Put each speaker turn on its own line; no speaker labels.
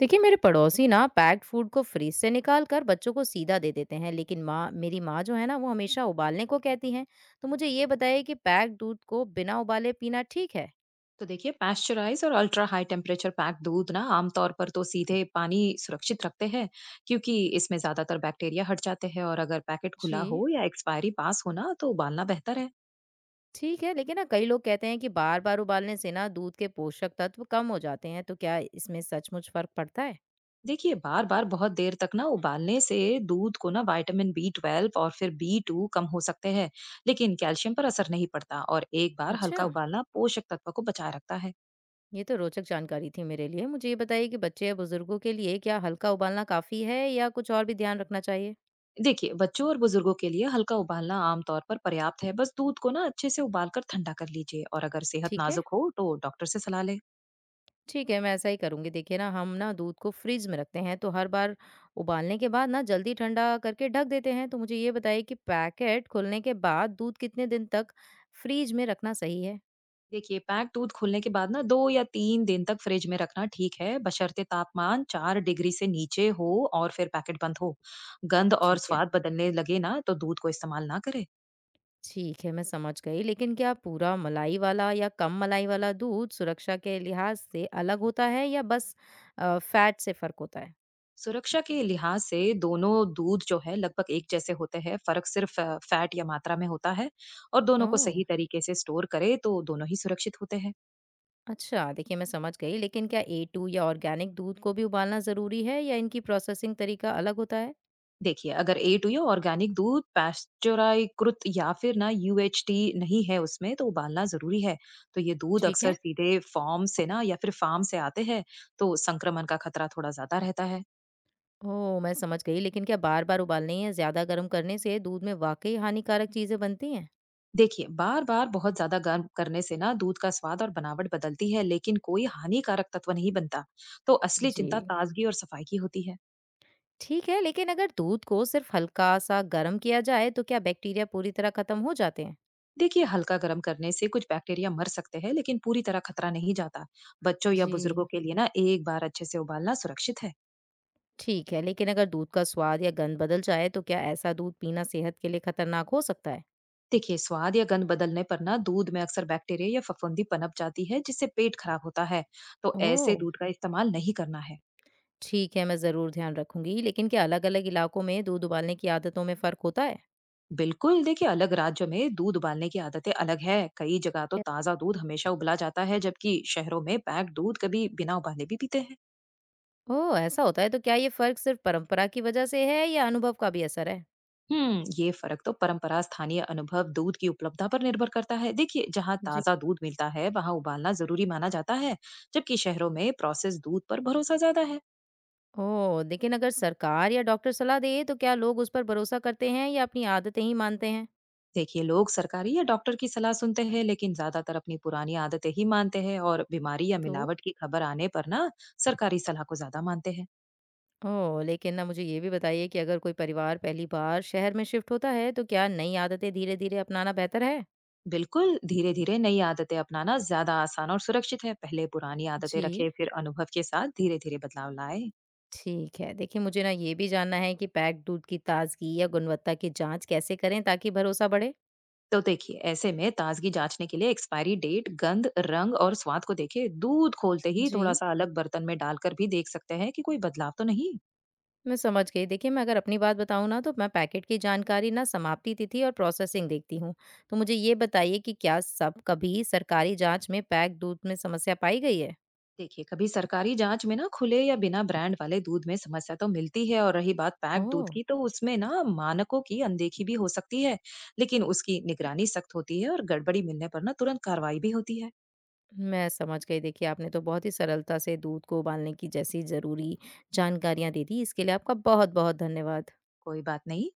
देखिए मेरे पड़ोसी ना पैक्ड फूड को फ्रीज से निकाल कर बच्चों को सीधा दे देते हैं। लेकिन माँ, मेरी माँ जो है ना, वो हमेशा उबालने को कहती हैं। तो मुझे ये बताइए कि पैक्ड दूध को बिना उबाले पीना ठीक है?
तो देखिए, पाश्चराइज और अल्ट्रा हाई टेम्परेचर पैक दूध ना आमतौर पर तो सीधे पानी सुरक्षित रखते हैं। क्योंकि इसमें ज्यादातर बैक्टीरिया हट जाते हैं, और अगर पैकेट
जी,
खुला हो या एक्सपायरी पास हो ना, तो उबालना बेहतर है।
ठीक है। लेकिन ना, कई लोग कहते हैं कि बार बार उबालने से ना दूध के पोषक तत्व कम हो जाते हैं। तो क्या इसमें सचमुच फर्क पड़ता है?
देखिए, बार बार बहुत देर तक ना उबालने से दूध को ना विटामिन B12 और फिर B2 कम हो सकते हैं। लेकिन कैल्शियम पर असर नहीं पड़ता, और एक बार
अच्छा,
हल्का उबालना पोषक तत्व को बचाए रखता है।
ये तो रोचक जानकारी थी मेरे लिए। मुझे ये बताइए कि बच्चे या बुजुर्गों के लिए क्या हल्का उबालना काफी है, या कुछ और भी ध्यान रखना चाहिए?
देखिए, बच्चों और बुजुर्गों के लिए हल्का उबालना आमतौर पर पर्याप्त है। बस दूध को ना अच्छे से उबालकर ठंडा कर लीजिए, और अगर सेहत
ठीक है।
नाजुक हो तो डॉक्टर से सलाह लें।
ठीक है, मैं ऐसा ही करूँगी। देखिए ना, हम ना दूध को फ्रिज में रखते हैं, तो हर बार उबालने के बाद ना जल्दी ठंडा करके ढक देते हैं। तो मुझे ये बताइए कि पैकेट खुलने के बाद दूध कितने दिन तक फ्रिज में रखना सही है?
देखिए, पैक दूध खोलने के बाद ना 2 या 3 दिन तक फ्रिज में रखना ठीक है, बशर्ते तापमान 4 डिग्री से नीचे हो और फिर पैकेट बंद हो। गंध और
ठीक है।
स्वाद बदलने लगे ना, तो दूध को इस्तेमाल ना करें।
ठीक है, मैं समझ गई। लेकिन क्या पूरा मलाई वाला या कम मलाई वाला दूध सुरक्षा के लिहाज से अलग होता है, या बस फैट से फ़र्क होता है?
सुरक्षा के लिहाज से दोनों दूध जो है लगभग एक जैसे होते हैं, फ़र्क सिर्फ फैट या मात्रा में होता है। और दोनों को
ओह!
सही तरीके से स्टोर करें तो दोनों ही सुरक्षित होते हैं।
अच्छा, देखिए, मैं समझ गई। लेकिन क्या ए2 या ऑर्गेनिक दूध को भी उबालना ज़रूरी है, या इनकी प्रोसेसिंग तरीका अलग होता है?
देखिए, अगर A2 या ऑर्गेनिक दूध पैस्चराइकृत या फिर ना UHT नहीं है उसमें, तो उबालना ज़रूरी है। तो ये दूध
ठीक
अक्सर
है।
सीधे फॉर्म से ना या फिर फार्म से आते हैं, तो संक्रमण का खतरा थोड़ा ज़्यादा रहता है।
ओह! मैं समझ गई। लेकिन क्या बार-बार उबालने या ज़्यादा गर्म करने से दूध में वाक़ई हानिकारक चीज़ें बनती हैं?
देखिए, बार-बार बहुत ज़्यादा गर्म करने से ना दूध का स्वाद और बनावट बदलती है, लेकिन कोई हानिकारक तत्व नहीं बनता। तो असली
जी।
चिंता ताज़गी और सफाई की होती है।
ठीक है, लेकिन अगर दूध को सिर्फ़ हल्का-सा गर्म किया जाए, तो क्या बैक्टीरिया पूरी तरह खत्म हो जाते हैं?
देखिए, हल्का गर्म करने से कुछ बैक्टीरिया मर सकते हैं, लेकिन पूरी तरह खतरा नहीं जाता। बच्चों या
जी।
बुजुर्गों के लिए ना एक बार अच्छे से उबालना सुरक्षित है।
ठीक है, लेकिन अगर दूध का स्वाद या गंध बदल जाए, तो क्या ऐसा दूध पीना सेहत के लिए खतरनाक हो सकता है?
देखिए, स्वाद या गंध बदलने पर ना दूध में अक्सर बैक्टीरिया या फफूंदी पनप जाती है, जिससे पेट खराब होता है। तो
ओह!
ऐसे दूध का इस्तेमाल नहीं करना है।
ठीक है, मैं ज़रूर ध्यान रखूँगी। लेकिन क्या अलग-अलग इलाकों में दूध उबालने की आदतों में फ़र्क होता है?
बिल्कुल, देखिए, अलग राज्यों में दूध उबालने की आदतें अलग है। कई जगह तो
कैसे?
ताजा दूध हमेशा उबला जाता है, जबकि शहरों में पैक्ड दूध कभी बिना उबाले भी पीते हैं।
ओह! ऐसा होता है? तो क्या ये फ़र्क सिर्फ़ परंपरा की वजह से है, या अनुभव का भी असर है?
ये फर्क तो परंपरा, स्थानीय अनुभव, दूध की उपलब्धता पर निर्भर करता है। देखिए, जहाँ
जी।
ताजा दूध मिलता है वहाँ उबालना जरूरी माना जाता है, जबकि शहरों में प्रोसेस दूध पर भरोसा ज्यादा है।
ओह! लेकिन अगर सरकार या डॉक्टर सलाह दे, तो क्या लोग उस पर भरोसा करते हैं या अपनी आदतें ही मानते हैं?
देखिए, लोग सरकारी या डॉक्टर की सलाह सुनते हैं, लेकिन ज्यादातर अपनी पुरानी आदतें ही मानते हैं, और बीमारी या
तो
मिलावट की खबर आने पर ना सरकारी सलाह को ज्यादा मानते हैं।
ओह! लेकिन ना, मुझे ये भी बताइए कि अगर कोई परिवार पहली बार शहर में शिफ्ट होता है, तो क्या नई आदतें धीरे-धीरे अपनाना बेहतर है?
बिल्कुल, धीरे धीरे नई आदतें अपनाना ज्यादा आसान और सुरक्षित है। पहले पुरानी आदतें
जी।
रखे, फिर अनुभव के साथ धीरे धीरे बदलाव लाए।
ठीक है। देखिए, मुझे ना ये भी जानना है कि पैक्ड दूध की ताज़गी या गुणवत्ता की जांच कैसे करें ताकि भरोसा बढ़े?
तो देखिए, ऐसे में ताजगी जांचने के लिए एक्सपायरी डेट, गंध, रंग और स्वाद को देखे। दूध खोलते ही
जी।
थोड़ा सा अलग बर्तन में डालकर भी देख सकते हैं कि कोई बदलाव तो नहीं।
मैं समझ गई। देखिए, मैं अगर अपनी बात बताऊँ ना, तो मैं पैकेट की जानकारी ना, समाप्ति तिथि और प्रोसेसिंग देखती हूँ। तो मुझे ये बताइए कि क्या सब कभी सरकारी जाँच में पैक दूध में समस्या पाई गई है?
देखिए, कभी सरकारी जांच में ना खुले या बिना ब्रांड वाले दूध में समस्या तो मिलती है, और रही बात पैक्ड
ओह!
दूध की, तो उसमें ना मानकों की अनदेखी भी हो सकती है। लेकिन उसकी निगरानी सख्त होती है, और गड़बड़ी मिलने पर ना तुरंत कार्रवाई भी होती है।
मैं समझ गई। देखिए, आपने तो बहुत ही सरलता से दूध को उबालने की जैसी ज़रूरी जानकारियाँ दे दी। इसके लिए आपका बहुत-बहुत धन्यवाद।
कोई बात नहीं।